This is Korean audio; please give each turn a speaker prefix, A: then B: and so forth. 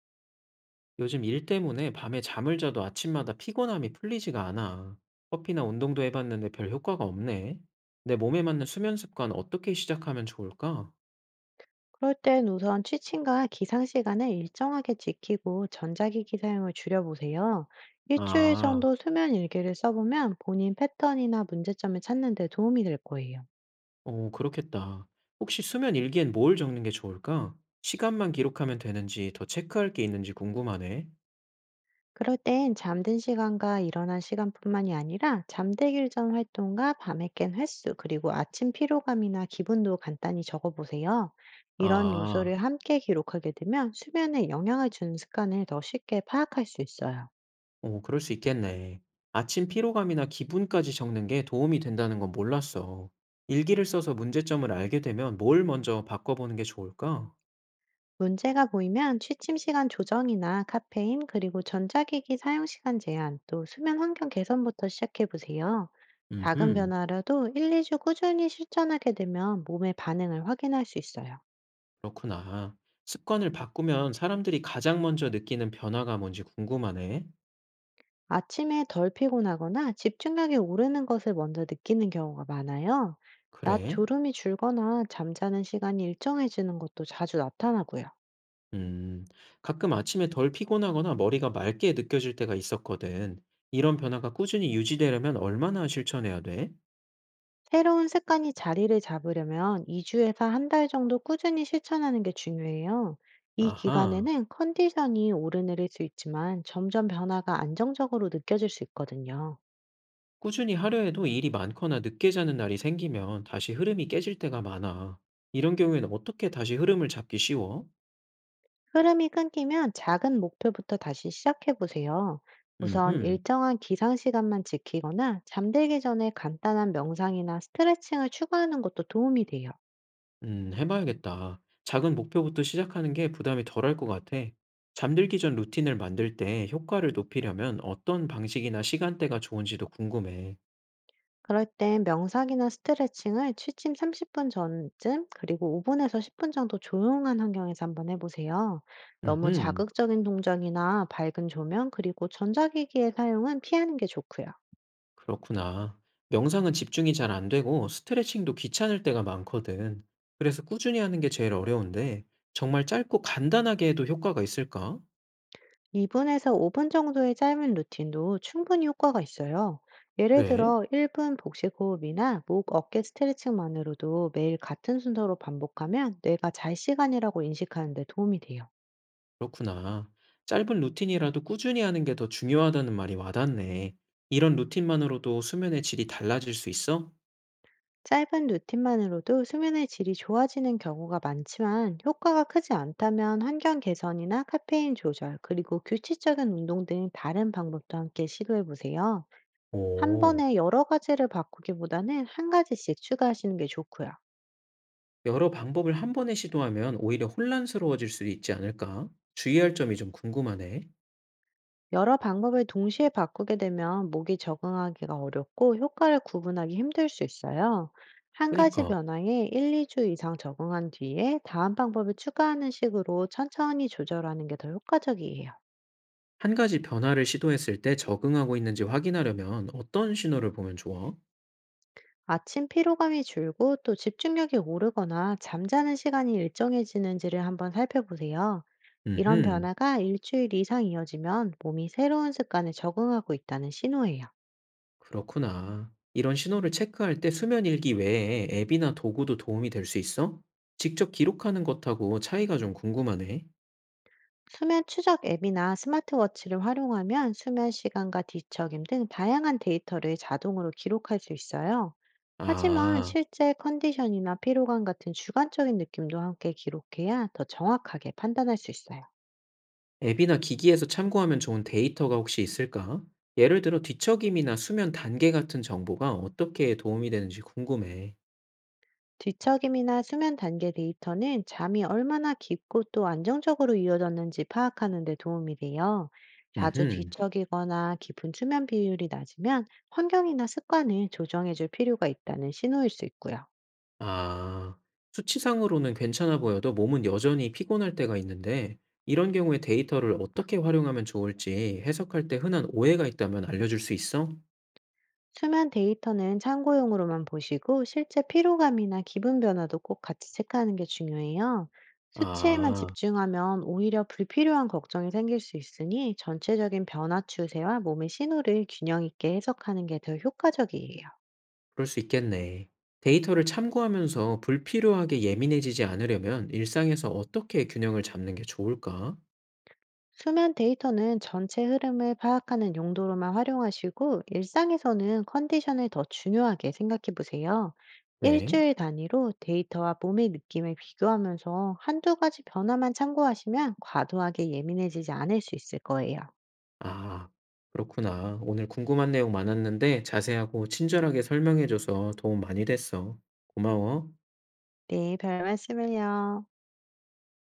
A: 요즘 일 때문에 밤에 잠을 자도 아침마다 피곤함이 풀리지가 않아. 커피나 운동도 해봤는데 별 효과가 없네. 내 몸에 맞는 수면 습관 어떻게 시작하면 좋을까?
B: 그럴 땐 우선 취침과 기상 시간을 일정하게 지키고 전자기기 사용을 줄여보세요. 일주일
A: 아,
B: 정도 수면 일기를 써보면 본인 패턴이나 문제점을 찾는 데 도움이 될 거예요.
A: 그렇겠다. 혹시 수면 일기엔 뭘 적는 게 좋을까? 시간만 기록하면 되는지 더 체크할 게 있는지 궁금하네.
B: 그럴 땐 잠든 시간과 일어난 시간뿐만이 아니라 잠들기 전 활동과 밤에 깬 횟수, 그리고 아침 피로감이나 기분도 간단히 적어보세요. 이런
A: 아,
B: 요소를 함께 기록하게 되면 수면에 영향을 주는 습관을 더 쉽게 파악할 수 있어요.
A: 그럴 수 있겠네. 아침 피로감이나 기분까지 적는 게 도움이 된다는 건 몰랐어. 일기를 써서 문제점을 알게 되면 뭘 먼저 바꿔보는 게 좋을까?
B: 문제가 보이면 취침 시간 조정이나 카페인, 그리고 전자기기 사용 시간 제한, 또 수면 환경 개선부터 시작해 보세요. 작은
A: 음흠.
B: 변화라도 1, 2주 꾸준히 실천하게 되면 몸의 반응을 확인할 수 있어요.
A: 그렇구나. 습관을 바꾸면 사람들이 가장 먼저 느끼는 변화가 뭔지 궁금하네.
B: 아침에 덜 피곤하거나 집중력이 오르는 것을 먼저 느끼는 경우가 많아요. 낮
A: 그래?
B: 졸음이 줄거나 잠자는 시간이 일정해지는 것도 자주 나타나고요.
A: 음, 가끔 아침에 덜 피곤하거나 머리가 맑게 느껴질 때가 있었거든. 이런 변화가 꾸준히 유지되려면 얼마나 실천해야 돼?
B: 새로운 습관이 자리를 잡으려면 2주에서 한 달 정도 꾸준히 실천하는 게 중요해요. 이
A: 아하.
B: 기간에는 컨디션이 오르내릴 수 있지만 점점 변화가 안정적으로 느껴질 수 있거든요.
A: 꾸준히 하려 해도 일이 많거나 늦게 자는 날이 생기면 다시 흐름이 깨질 때가 많아. 이런 경우에는 어떻게 다시 흐름을 잡기 쉬워?
B: 흐름이 끊기면 작은 목표부터 다시 시작해 보세요. 우선
A: 음흠.
B: 일정한 기상 시간만 지키거나 잠들기 전에 간단한 명상이나 스트레칭을 추가하는 것도 도움이 돼요.
A: 해봐야겠다. 작은 목표부터 시작하는 게 부담이 덜할 것 같아. 잠들기 전 루틴을 만들 때 효과를 높이려면 어떤 방식이나 시간대가 좋은지도 궁금해.
B: 그럴 땐 명상이나 스트레칭을 취침 30분 전쯤, 그리고 5분에서 10분 정도 조용한 환경에서 한번 해보세요. 너무
A: 음,
B: 자극적인 동작이나 밝은 조명, 그리고 전자기기의 사용은 피하는 게 좋고요.
A: 그렇구나. 명상은 집중이 잘 안 되고 스트레칭도 귀찮을 때가 많거든. 그래서 꾸준히 하는 게 제일 어려운데 정말 짧고 간단하게 해도 효과가 있을까?
B: 2분에서 5분 정도의 짧은 루틴도 충분히 효과가 있어요. 예를
A: 그래?
B: 들어 1분 복식 호흡이나 목 어깨 스트레칭만으로도 매일 같은 순서로 반복하면 뇌가 잘 시간이라고 인식하는 데 도움이 돼요.
A: 그렇구나. 짧은 루틴이라도 꾸준히 하는 게 더 중요하다는 말이 와닿네. 이런 루틴만으로도 수면의 질이 달라질 수 있어?
B: 짧은 루틴만으로도 수면의 질이 좋아지는 경우가 많지만, 효과가 크지 않다면 환경 개선이나 카페인 조절, 그리고 규칙적인 운동 등 다른 방법도 함께 시도해 보세요. 한
A: 오.
B: 번에 여러 가지를 바꾸기보다는 한 가지씩 추가하시는 게 좋고요.
A: 여러 방법을 한 번에 시도하면 오히려 혼란스러워질 수도 있지 않을까? 주의할 점이 좀 궁금하네.
B: 여러 방법을 동시에 바꾸게 되면 목이 적응하기가 어렵고 효과를 구분하기 힘들 수 있어요. 한 가지
A: 그니까
B: 변화에 1, 2주 이상 적응한 뒤에 다음 방법을 추가하는 식으로 천천히 조절하는 게 더 효과적이에요.
A: 한 가지 변화를 시도했을 때 적응하고 있는지 확인하려면 어떤 신호를 보면 좋아?
B: 아침 피로감이 줄고 또 집중력이 오르거나 잠자는 시간이 일정해지는지를 한번 살펴보세요. 이런
A: 음흠.
B: 변화가 일주일 이상 이어지면 몸이 새로운 습관에 적응하고 있다는 신호예요.
A: 그렇구나. 이런 신호를 체크할 때 수면 일기 외에 앱이나 도구도 도움이 될 수 있어? 직접 기록하는 것하고 차이가 좀 궁금하네.
B: 수면 추적 앱이나 스마트워치를 활용하면 수면 시간과 뒤척임 등 다양한 데이터를 자동으로 기록할 수 있어요. 하지만
A: 아.
B: 실제 컨디션이나 피로감 같은 주관적인 느낌도 함께 기록해야 더 정확하게 판단할 수 있어요.
A: 앱이나 기기에서 참고하면 좋은 데이터가 혹시 있을까? 예를 들어 뒤척임이나 수면 단계 같은 정보가 어떻게 도움이 되는지 궁금해.
B: 뒤척임이나 수면 단계 데이터는 잠이 얼마나 깊고 또 안정적으로 이어졌는지 파악하는 데 도움이 돼요. 자주
A: 음흠.
B: 뒤척이거나 깊은 수면 비율이 낮으면 환경이나 습관을 조정해 줄 필요가 있다는 신호일 수 있고요.
A: 아, 수치상으로는 괜찮아 보여도 몸은 여전히 피곤할 때가 있는데 이런 경우에 데이터를 어떻게 활용하면 좋을지 해석할 때 흔한 오해가 있다면 알려줄 수 있어?
B: 수면 데이터는 참고용으로만 보시고 실제 피로감이나 기분 변화도 꼭 같이 체크하는 게 중요해요. 수치에만
A: 아,
B: 집중하면 오히려 불필요한 걱정이 생길 수 있으니, 전체적인 변화 추세와 몸의 신호를 균형 있게 해석하는 게 더 효과적이에요.
A: 그럴 수 있겠네. 데이터를 참고하면서 불필요하게 예민해지지 않으려면 일상에서 어떻게 균형을 잡는 게 좋을까?
B: 수면 데이터는 전체 흐름을 파악하는 용도로만 활용하시고 일상에서는 컨디션을 더 중요하게 생각해 보세요.
A: 네.
B: 일주일 단위로 데이터와 몸의 느낌을 비교하면서 한두 가지 변화만 참고하시면 과도하게 예민해지지 않을 수 있을 거예요.
A: 아, 그렇구나. 오늘 궁금한 내용 많았는데 자세하고 친절하게 설명해줘서 도움 많이 됐어. 고마워.
B: 네, 별 말씀을요.